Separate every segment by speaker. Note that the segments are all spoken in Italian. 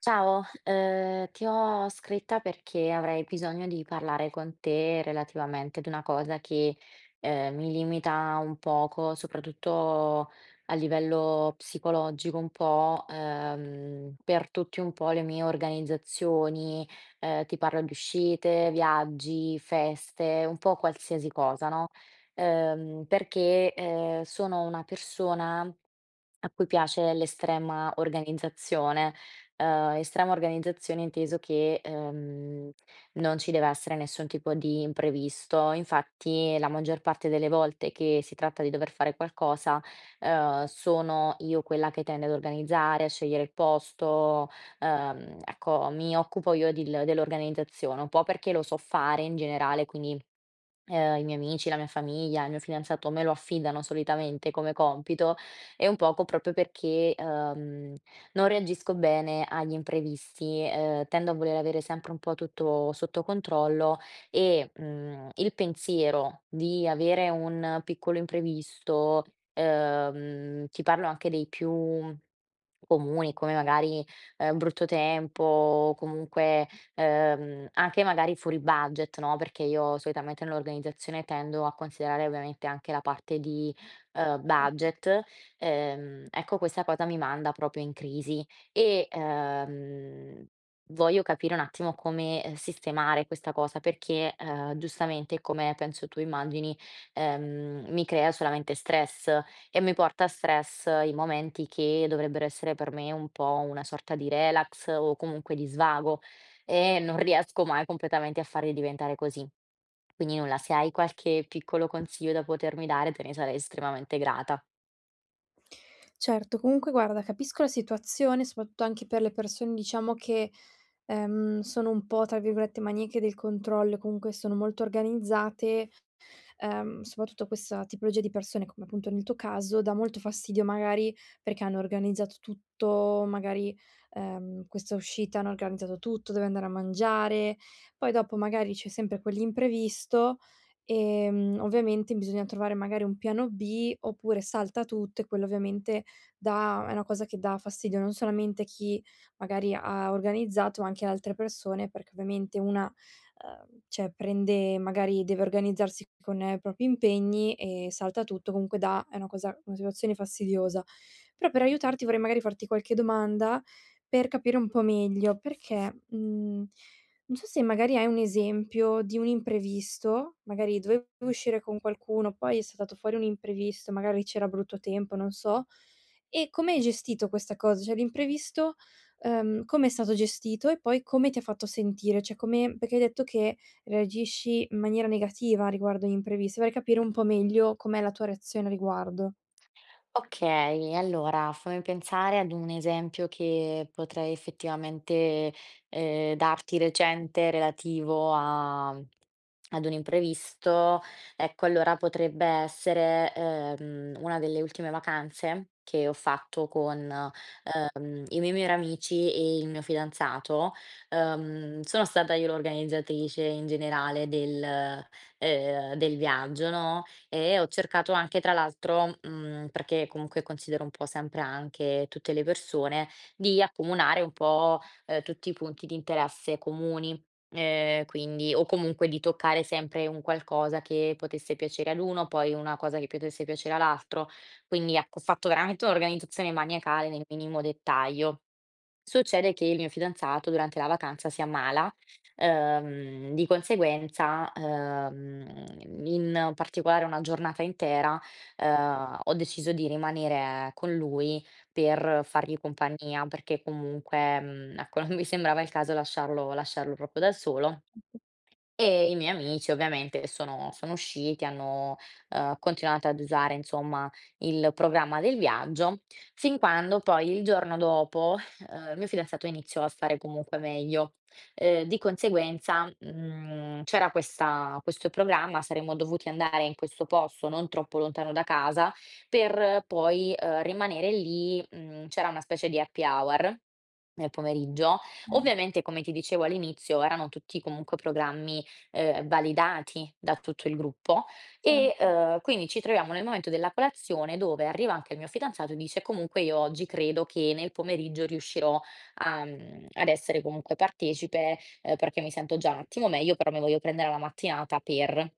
Speaker 1: Ciao, ti ho scritta perché avrei bisogno di parlare con te relativamente ad una cosa che, mi limita un poco, soprattutto a livello psicologico un po', per tutti un po' le mie organizzazioni, ti parlo di uscite, viaggi, feste, un po' qualsiasi cosa, no, sono una persona a cui piace l'estrema organizzazione. Estrema organizzazione inteso che, non ci deve essere nessun tipo di imprevisto. Infatti la maggior parte delle volte che si tratta di dover fare qualcosa, sono io quella che tende ad organizzare, a scegliere il posto, ecco mi occupo io dil dell'organizzazione, un po' perché lo so fare in generale, quindi i miei amici, la mia famiglia, il mio fidanzato me lo affidano solitamente come compito e un poco proprio perché, non reagisco bene agli imprevisti, tendo a voler avere sempre un po' tutto sotto controllo e, il pensiero di avere un piccolo imprevisto, ti parlo anche dei più comuni come magari, brutto tempo o comunque anche magari fuori budget, no, perché io solitamente nell'organizzazione tendo a considerare ovviamente anche la parte di, budget, ecco questa cosa mi manda proprio in crisi e, voglio capire un attimo come, sistemare questa cosa perché, giustamente come penso tu immagini, mi crea solamente stress e mi porta a stress i momenti che dovrebbero essere per me un po' una sorta di relax o comunque di svago. Non riesco mai completamente a farli diventare così. Quindi nulla, se hai qualche piccolo consiglio da potermi dare, te ne sarei estremamente grata.
Speaker 2: Certo, comunque guarda, capisco la situazione, soprattutto anche per le persone, diciamo, che, sono un po', tra virgolette, "maniache del controllo", e comunque sono molto organizzate, soprattutto a questa tipologia di persone, come appunto nel tuo caso, dà molto fastidio magari perché hanno organizzato tutto, magari, questa uscita hanno organizzato tutto, deve andare a mangiare, poi dopo magari c'è sempre quell'imprevisto, ovviamente bisogna trovare magari un piano B oppure salta tutto, e quello ovviamente dà è una cosa che dà fastidio non solamente a chi magari ha organizzato, ma anche ad altre persone, perché ovviamente una cioè prende magari deve organizzarsi con i propri impegni e salta tutto. Comunque dà è una situazione fastidiosa. Però per aiutarti vorrei magari farti qualche domanda per capire un po' meglio, perché, non so se magari hai un esempio di un imprevisto, magari dovevi uscire con qualcuno, poi è saltato fuori un imprevisto, magari c'era brutto tempo, non so, e come hai gestito questa cosa? Cioè l'imprevisto. Come è stato gestito e poi come ti ha fatto sentire? Cioè come perché hai detto che reagisci in maniera negativa riguardo agli imprevisti, vorrei capire un po' meglio com'è la tua reazione a riguardo.
Speaker 1: Okay, allora fammi pensare ad un esempio che potrei effettivamente, darti recente relativo a ad un imprevisto. Ecco, allora potrebbe essere, una delle ultime vacanze che ho fatto con, i miei migliori amici e il mio fidanzato. Sono stata io l'organizzatrice in generale del del viaggio, no, e ho cercato anche tra l'altro, perché comunque considero un po' sempre anche tutte le persone, di accomunare un po', tutti i punti di interesse comuni, quindi o comunque di toccare sempre un qualcosa che potesse piacere ad uno, poi una cosa che potesse piacere all'altro. Quindi ecco, ho fatto veramente un'organizzazione maniacale nel minimo dettaglio. Succede che il mio fidanzato durante la vacanza si ammala, di conseguenza, in particolare una giornata intera, ho deciso di rimanere con lui per fargli compagnia, perché comunque, ecco, non mi sembrava il caso lasciarlo proprio da solo. E i miei amici ovviamente sono usciti, hanno, continuato ad usare insomma il programma del viaggio, fin quando poi il giorno dopo, il mio fidanzato iniziò a stare comunque meglio. Di conseguenza, c'era questa questo programma, saremmo dovuti andare in questo posto non troppo lontano da casa, per poi, rimanere lì, c'era una specie di happy hour nel pomeriggio.
Speaker 2: Okay,
Speaker 1: Ovviamente, come ti dicevo all'inizio, erano tutti comunque programmi validati da tutto il gruppo e,
Speaker 2: certo.
Speaker 1: quindi ci troviamo nel momento della colazione dove arriva anche il mio fidanzato e dice: "Comunque io oggi credo che nel pomeriggio riuscirò a ad essere comunque partecipe, perché mi sento già un attimo meglio, però mi voglio prendere la mattinata per".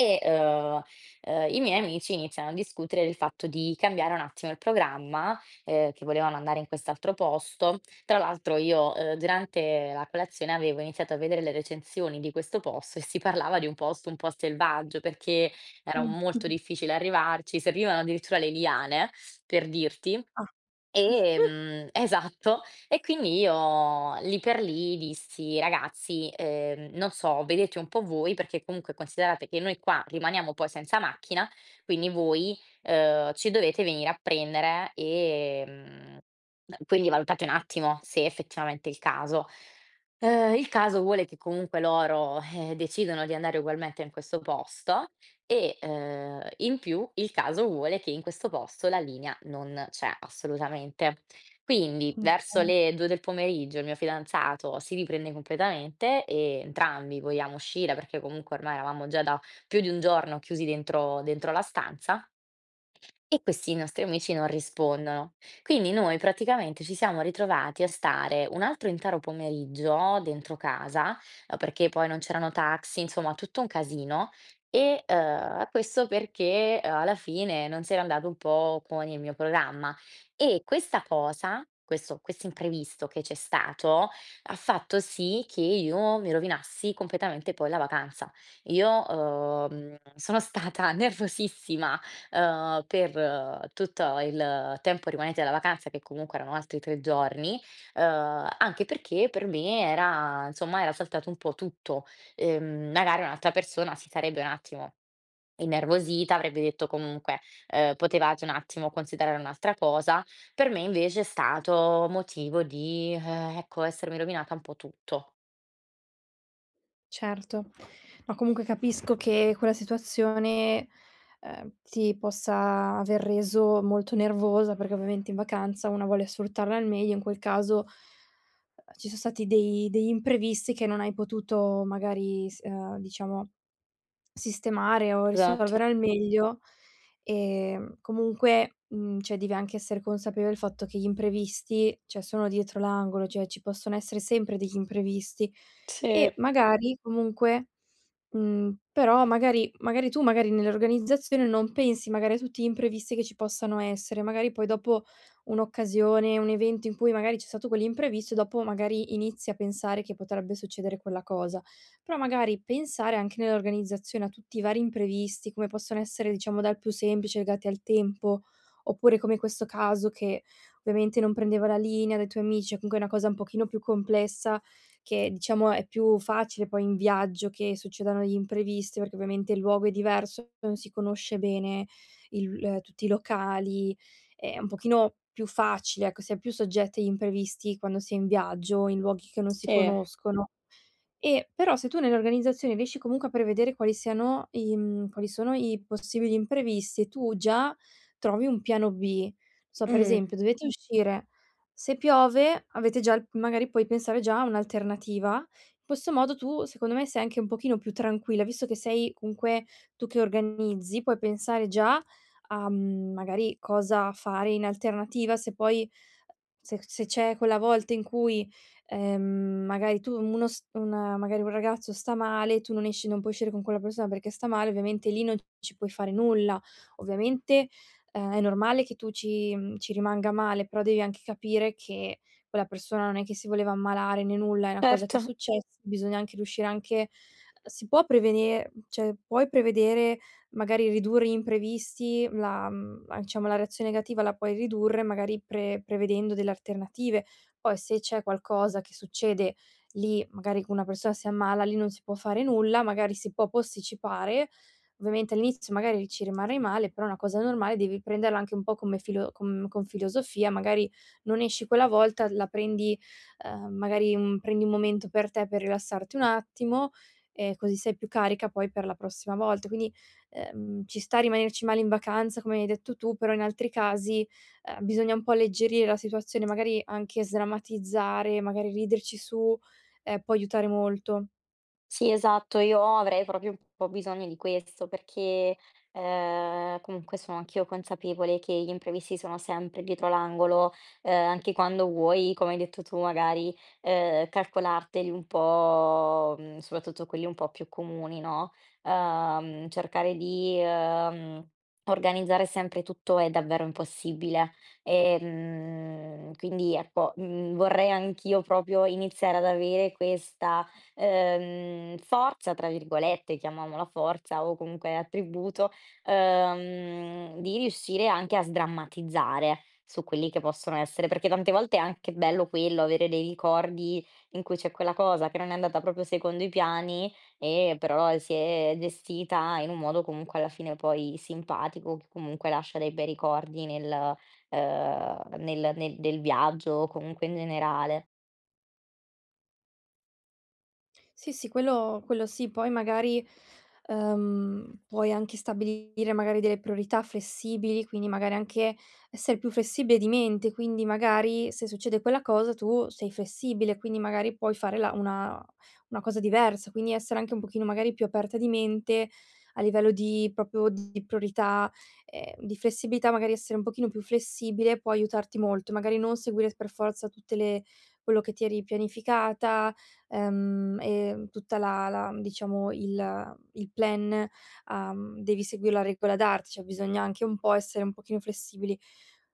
Speaker 1: E, i miei amici iniziano a discutere del fatto di cambiare un attimo il programma, che volevano andare in quest'altro posto. Tra l'altro io, durante la colazione avevo iniziato a vedere le recensioni di questo posto e si parlava di un posto un po' selvaggio, perché era molto
Speaker 2: Mh.
Speaker 1: difficile arrivarci, servivano addirittura le liane, per dirti.
Speaker 2: Ah.
Speaker 1: Esatto. E quindi io lì per lì dissi: "Ragazzi, non so, vedete un po' voi, perché comunque considerate che noi qua rimaniamo poi senza macchina, quindi voi, ci dovete venire a prendere, quindi valutate un attimo se effettivamente è il caso". Il caso vuole che comunque loro, decidono di andare ugualmente in questo posto e, in più il caso vuole che in questo posto la linea non c'è assolutamente. Quindi verso
Speaker 2: Okay.
Speaker 1: le 2 del pomeriggio il mio fidanzato si riprende completamente e entrambi vogliamo uscire, perché comunque ormai eravamo già da più di un giorno chiusi dentro la stanza e questi nostri amici non rispondono. Quindi noi praticamente ci siamo ritrovati a stare un altro intero pomeriggio dentro casa, perché poi non c'erano taxi, insomma tutto un casino e, questo perché, alla fine non si era andato un po' con il mio programma. E questa cosa, questo imprevisto che c'è stato, ha fatto sì che io mi rovinassi completamente poi la vacanza. Io, sono stata nervosissima per tutto il tempo rimanente della vacanza, che comunque erano altri 3 giorni, anche perché per me era insomma, era saltato un po' tutto. Magari un'altra persona si sarebbe un attimo innervosita, avrebbe detto comunque, "Potevate un attimo considerare un'altra cosa." Per me invece è stato motivo di, ecco, essermi rovinata un po' tutto.
Speaker 2: Certo. No, comunque capisco che quella situazione, ti possa aver reso molto nervosa, perché ovviamente in vacanza una vuole sfruttarla al meglio. In quel caso, ci son stati dei degli imprevisti che non hai potuto magari s diciamo sistemare o
Speaker 1: Esatto.
Speaker 2: risolvere al meglio, comunque, cioè devi anche essere consapevole del fatto che gli imprevisti, cioè sono dietro l'angolo, cioè ci possono essere sempre degli imprevisti,
Speaker 1: Sì,
Speaker 2: e magari comunque però magari tu magari nell'organizzazione non pensi magari a tutti gli imprevisti che ci possano essere, magari poi dopo un'occasione, un evento in cui magari c'è stato quell'imprevisto, dopo magari inizi a pensare che potrebbe succedere quella cosa. Però magari pensare anche nell'organizzazione a tutti i vari imprevisti, come possono essere, diciamo, dal più semplice legati al tempo, oppure come questo caso che ovviamente non prendeva la linea dai tuoi amici, o comunque è una cosa un pochino più complessa, che diciamo è più facile poi in viaggio che succedano gli imprevisti, perché ovviamente il luogo è diverso, non si conosce bene il tutti i locali. È un pochino più facile, ecco, si è più soggetti agli imprevisti quando si è in viaggio, in luoghi che non si
Speaker 1: sì.
Speaker 2: conoscono. E però se tu nell'organizzazione riesci comunque a prevedere quali siano quali sono i possibili imprevisti, tu già trovi un piano B. Non So, per
Speaker 1: Mh,
Speaker 2: esempio, dovete uscire, se piove avete già il magari puoi pensare già a un'alternativa. In questo modo tu, secondo me, sei anche un pochino più tranquilla, visto che sei comunque tu che organizzi, puoi pensare già a, magari cosa fare in alternativa se poi se c'è quella volta in cui magari tu uno s una magari un ragazzo sta male, tu non esci, non puoi uscire con quella persona perché sta male, ovviamente lì non ci puoi fare nulla. Ovviamente, è normale che tu ci rimanga male, però devi anche capire che quella persona non è che si voleva ammalare né nulla, è una cosa che è
Speaker 1: certo.
Speaker 2: successa, bisogna anche riuscire anche si può prevene cioè puoi prevedere, magari ridurre gli imprevisti, la diciamo la reazione negativa la puoi ridurre magari prevedendo delle alternative. Poi se c'è qualcosa che succede lì, magari una persona si ammala, lì non si può fare nulla, magari si può posticipare. Ovviamente all'inizio magari ci rimarrai male, però è una cosa normale, devi prenderla anche un po' come filo com con filosofia, magari non esci quella volta, la prendi, magari un prendi un momento per te per rilassarti un attimo, e così sei più carica poi per la prossima volta. Quindi, ci sta a rimanerci male in vacanza, come hai detto tu, però in altri casi bisogna un po' alleggerire la situazione, magari anche sdrammatizzare, magari riderci su, può aiutare molto.
Speaker 1: Sì, esatto, io avrei proprio un po' bisogno di questo perché, comunque sono anch'io consapevole che gli imprevisti sono sempre dietro l'angolo, anche quando vuoi, come hai detto tu, magari, calcolarteli un po', soprattutto quelli un po' più comuni, no, ehm, cercare di, ehm, organizzare sempre tutto è davvero impossibile. Quindi ecco, vorrei anch'io proprio iniziare ad avere questa "forza", tra virgolette, chiamiamola forza o comunque attributo, di riuscire anche a sdrammatizzare su quelli che possono essere perché tante volte è anche bello quello, avere dei ricordi in cui c'è quella cosa che non è andata proprio secondo i piani e però si è gestita in un modo comunque alla fine poi simpatico, che comunque lascia dei bei ricordi nel nel del viaggio o comunque in generale.
Speaker 2: Sì, sì, quello sì. Poi magari, puoi anche stabilire magari delle priorità flessibili, quindi magari anche essere più flessibile di mente, quindi magari se succede quella cosa tu sei flessibile, quindi magari puoi fare la una cosa diversa, quindi essere anche un pochino magari più aperta di mente a livello di proprio di priorità, di flessibilità, magari essere un pochino più flessibile può aiutarti molto. Magari non seguire per forza tutte le quello che ti eri pianificata, e tutta la diciamo il plan, devi seguire la regola d'arte, cioè bisogna anche un po' essere un pochino flessibili.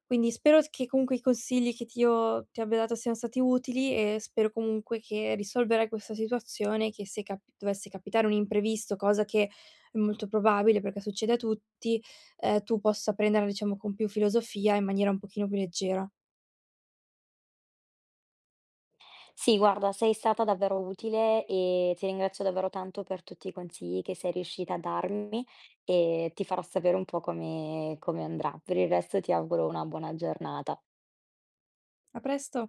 Speaker 2: Quindi spero s che comunque i consigli che ti abbia dato siano stati utili, e spero comunque che risolverai questa situazione, che se capi dovesse capitare un imprevisto, cosa che è molto probabile perché succede a tutti, tu possa prenderla diciamo con più filosofia, in maniera un pochino più leggera.
Speaker 1: Sì, guarda, sei stata davvero utile e ti ringrazio davvero tanto per tutti i consigli che sei riuscita a darmi e ti farò sapere un po' come andrà. Per il resto ti auguro una buona giornata.
Speaker 2: A presto.